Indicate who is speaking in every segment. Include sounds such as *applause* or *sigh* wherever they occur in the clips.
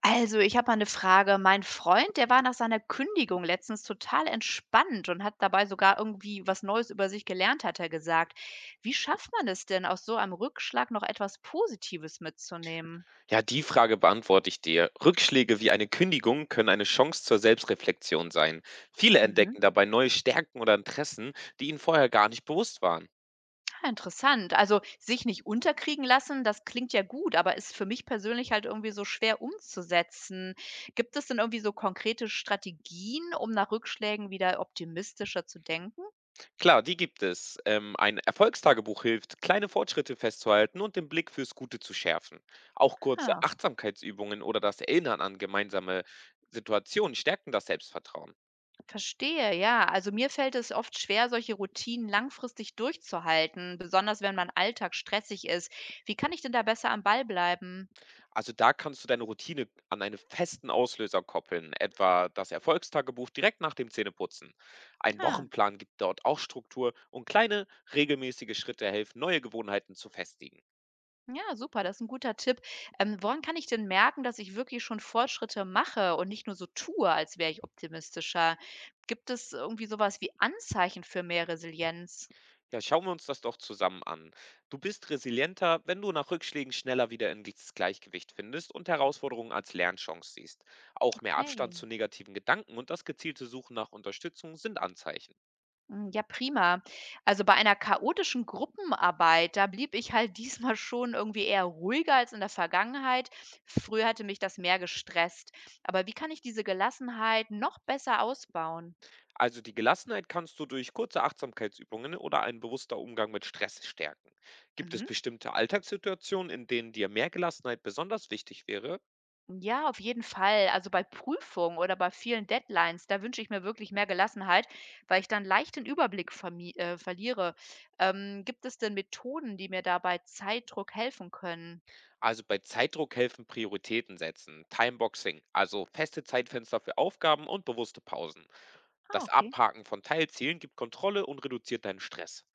Speaker 1: Also, ich habe mal eine Frage. Mein Freund, der war nach seiner Kündigung letztens total entspannt und hat dabei sogar irgendwie was Neues über sich gelernt, hat er gesagt. Wie schafft man es denn, aus so einem Rückschlag noch etwas Positives mitzunehmen?
Speaker 2: Ja, die Frage beantworte ich dir. Rückschläge wie eine Kündigung können eine Chance zur Selbstreflexion sein. Viele
Speaker 1: Mhm.
Speaker 2: entdecken dabei neue Stärken oder Interessen, die ihnen vorher gar nicht bewusst waren.
Speaker 1: Ah, interessant. Also, sich nicht unterkriegen lassen, das klingt ja gut, aber ist für mich persönlich halt irgendwie so schwer umzusetzen. Gibt es denn irgendwie so konkrete Strategien, um nach Rückschlägen wieder optimistischer zu denken?
Speaker 2: Klar, die gibt es. Ein Erfolgstagebuch hilft, kleine Fortschritte festzuhalten und den Blick fürs Gute zu schärfen. Auch kurze
Speaker 1: Ah.
Speaker 2: Achtsamkeitsübungen oder das Erinnern an gemeinsame Situationen stärken das Selbstvertrauen.
Speaker 1: Verstehe, ja. Also mir fällt es oft schwer, solche Routinen langfristig durchzuhalten, besonders wenn mein Alltag stressig ist. Wie kann ich denn da besser am Ball bleiben?
Speaker 2: Also, da kannst du deine Routine an einen festen Auslöser koppeln, etwa das Erfolgstagebuch direkt nach dem Zähneputzen. Ein
Speaker 1: Ah,
Speaker 2: Wochenplan gibt dort auch Struktur und kleine, regelmäßige Schritte helfen, neue Gewohnheiten zu festigen.
Speaker 1: ja, super, das ist ein guter Tipp. Woran kann ich denn merken, dass ich wirklich schon Fortschritte mache und nicht nur so tue, als wäre ich optimistischer? Gibt es irgendwie sowas wie Anzeichen für mehr Resilienz?
Speaker 2: Ja, schauen wir uns das doch zusammen an. Du bist resilienter, wenn du nach Rückschlägen schneller wieder ins Gleichgewicht findest und Herausforderungen als Lernchance siehst. Auch mehr Abstand
Speaker 1: Okay.
Speaker 2: zu negativen Gedanken und das gezielte Suchen nach Unterstützung sind Anzeichen.
Speaker 1: Hm, ja, prima. Also, bei einer chaotischen Gruppenarbeit, da blieb ich halt *laughs* diesmal schon irgendwie eher ruhiger als in der Vergangenheit. Früher hatte mich das mehr gestresst. Aber wie kann ich diese Gelassenheit noch besser ausbauen?
Speaker 2: Also die Gelassenheit kannst du durch kurze Achtsamkeitsübungen oder einen bewusster Umgang mit Stress stärken. Gibt es
Speaker 1: Mhm.
Speaker 2: bestimmte Alltagssituationen, in denen dir mehr Gelassenheit besonders wichtig wäre?
Speaker 1: Ja, auf jeden Fall. Also, bei Prüfungen oder bei vielen Deadlines, da wünsche ich mir wirklich mehr Gelassenheit, weil ich dann leicht den Überblick vermi verliere. Gibt es denn Methoden, die mir dabei Zeitdruck helfen können?
Speaker 2: Also bei Zeitdruck helfen Prioritäten setzen, Timeboxing, also feste Zeitfenster für Aufgaben und bewusste Pausen.
Speaker 1: Ah,
Speaker 2: Das
Speaker 1: okay.
Speaker 2: Abhaken von Teilzielen gibt Kontrolle und reduziert deinen Stress.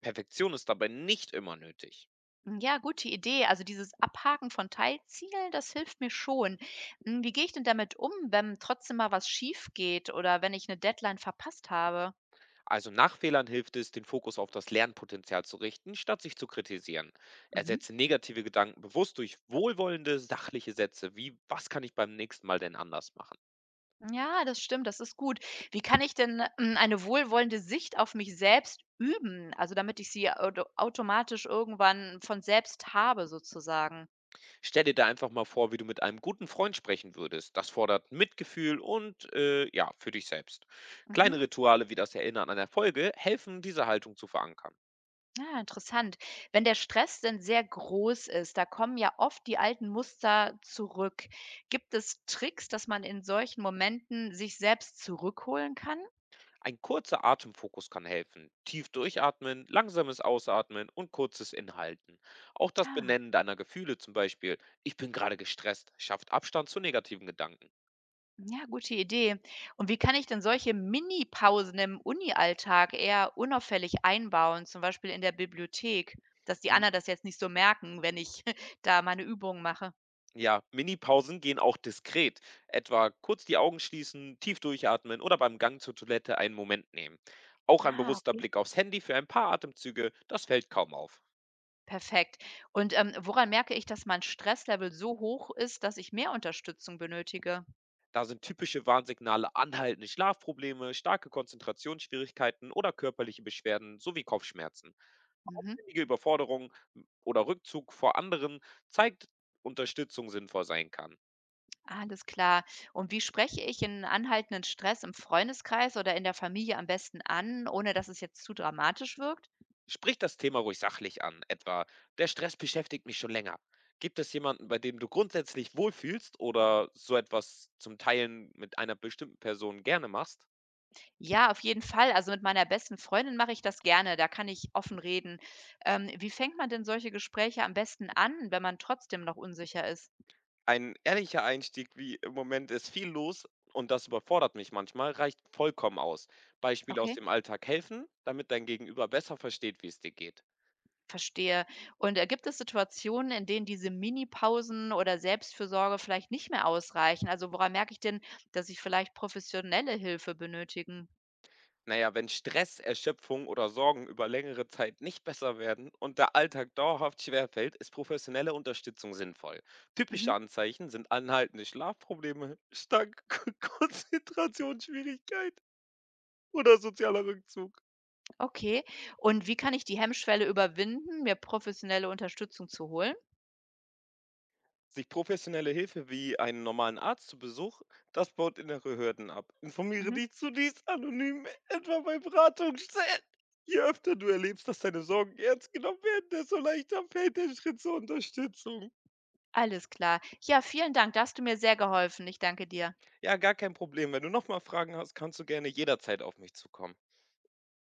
Speaker 2: Perfektion ist dabei nicht immer nötig.
Speaker 1: Hm, ja, gute Idee. Also dieses Abhaken von Teilzielen, das hilft mir schon. Hm, wie gehe ich denn damit um, wenn trotzdem mal was schief geht oder wenn ich eine Deadline verpasst habe?
Speaker 2: Also nach Fehlern hilft es, den Fokus auf das Lernpotenzial zu richten, statt sich zu kritisieren.
Speaker 1: Mhm.
Speaker 2: Ersetze negative Gedanken bewusst durch wohlwollende, sachliche Sätze wie: Was kann ich beim nächsten Mal denn anders machen?
Speaker 1: Ja, das stimmt, das ist gut. Wie kann ich denn, hm, eine wohlwollende Sicht auf mich selbst üben, also damit ich sie automatisch irgendwann von selbst habe sozusagen?
Speaker 2: Stell dir da einfach mal vor, wie du mit einem guten Freund sprechen würdest. Das fordert Mitgefühl und ja, für dich selbst.
Speaker 1: Mhm.
Speaker 2: Kleine Rituale wie das Erinnern an Erfolge helfen, diese Haltung zu verankern.
Speaker 1: Ah, interessant. Wenn der Stress denn sehr groß ist, da kommen ja oft die alten Muster zurück. Gibt es Tricks, dass man in solchen Momenten sich selbst zurückholen kann?
Speaker 2: Ein kurzer Atemfokus kann helfen. Tief durchatmen, langsames Ausatmen und kurzes Inhalten. Auch das
Speaker 1: Ah,
Speaker 2: Benennen deiner Gefühle, zum Beispiel, ich bin gerade gestresst, schafft Abstand zu negativen Gedanken.
Speaker 1: ja, gute Idee. Und wie kann ich denn solche Mini-Pausen im Uni-Alltag eher unauffällig einbauen, zum Beispiel in der Bibliothek, dass die
Speaker 2: M-
Speaker 1: Anna das jetzt nicht so merken, wenn ich *laughs* da meine Übungen mache?
Speaker 2: Ja, Mini-Pausen gehen auch diskret. Etwa kurz die Augen schließen, tief durchatmen oder beim Gang zur Toilette einen Moment nehmen. Auch ein
Speaker 1: Ah,
Speaker 2: bewusster
Speaker 1: okay.
Speaker 2: Blick aufs Handy für ein paar Atemzüge, das fällt kaum auf.
Speaker 1: Perfekt. Und woran merke ich, dass mein Stresslevel so hoch ist, dass ich mehr Unterstützung benötige?
Speaker 2: Da sind typische Warnsignale: anhaltende Schlafprobleme, starke Konzentrationsschwierigkeiten oder körperliche Beschwerden sowie Kopfschmerzen.
Speaker 1: Mhm.
Speaker 2: Aufwendige Überforderung oder Rückzug vor anderen zeigt, Unterstützung sinnvoll sein kann.
Speaker 1: Alles klar. Und wie spreche ich in anhaltenden Stress im Freundeskreis oder in der Familie am besten an, ohne dass es jetzt zu dramatisch wirkt?
Speaker 2: Sprich das Thema ruhig sachlich an, etwa: der Stress beschäftigt mich schon länger. Gibt es jemanden, bei dem du grundsätzlich wohlfühlst oder so etwas zum Teilen mit einer bestimmten Person gerne machst?
Speaker 1: Ja, auf jeden Fall. Also, mit meiner besten Freundin mache ich das gerne, da kann ich offen reden. Wie fängt man denn solche Gespräche am besten an, wenn man trotzdem noch unsicher ist?
Speaker 2: Ein ehrlicher Einstieg wie: im Moment ist viel los und das überfordert mich manchmal, reicht vollkommen aus. Beispiele aus
Speaker 1: Okay,
Speaker 2: dem Alltag helfen, damit dein Gegenüber besser versteht, wie es dir geht.
Speaker 1: verstehe. Und, gibt es Situationen, in denen diese Minipausen oder Selbstfürsorge vielleicht nicht mehr ausreichen? Also, woran merke ich denn, dass ich vielleicht professionelle Hilfe benötigen?
Speaker 2: Naja, wenn Stress, Erschöpfung oder Sorgen über längere Zeit nicht besser werden und der Alltag dauerhaft schwerfällt, ist professionelle Unterstützung sinnvoll. Typische
Speaker 1: Mhm.
Speaker 2: Anzeichen sind anhaltende Schlafprobleme, starke *laughs* Konzentrationsschwierigkeit oder sozialer Rückzug.
Speaker 1: Okay. Und wie kann ich die Hemmschwelle überwinden, mir professionelle Unterstützung zu holen?
Speaker 2: Sich professionelle Hilfe wie einen normalen Arzt zu Besuch, das baut innere Hürden ab. Informiere
Speaker 1: Mhm.
Speaker 2: dich zunächst anonym, etwa bei Beratungsstellen. Je öfter du erlebst, dass deine Sorgen ernst genommen werden, desto leichter fällt der Schritt zur Unterstützung.
Speaker 1: Alles klar. Ja, vielen Dank. Da hast du mir sehr geholfen. Ich danke dir.
Speaker 2: Ja, gar kein Problem. Wenn du nochmal Fragen hast, kannst du gerne jederzeit auf mich zukommen.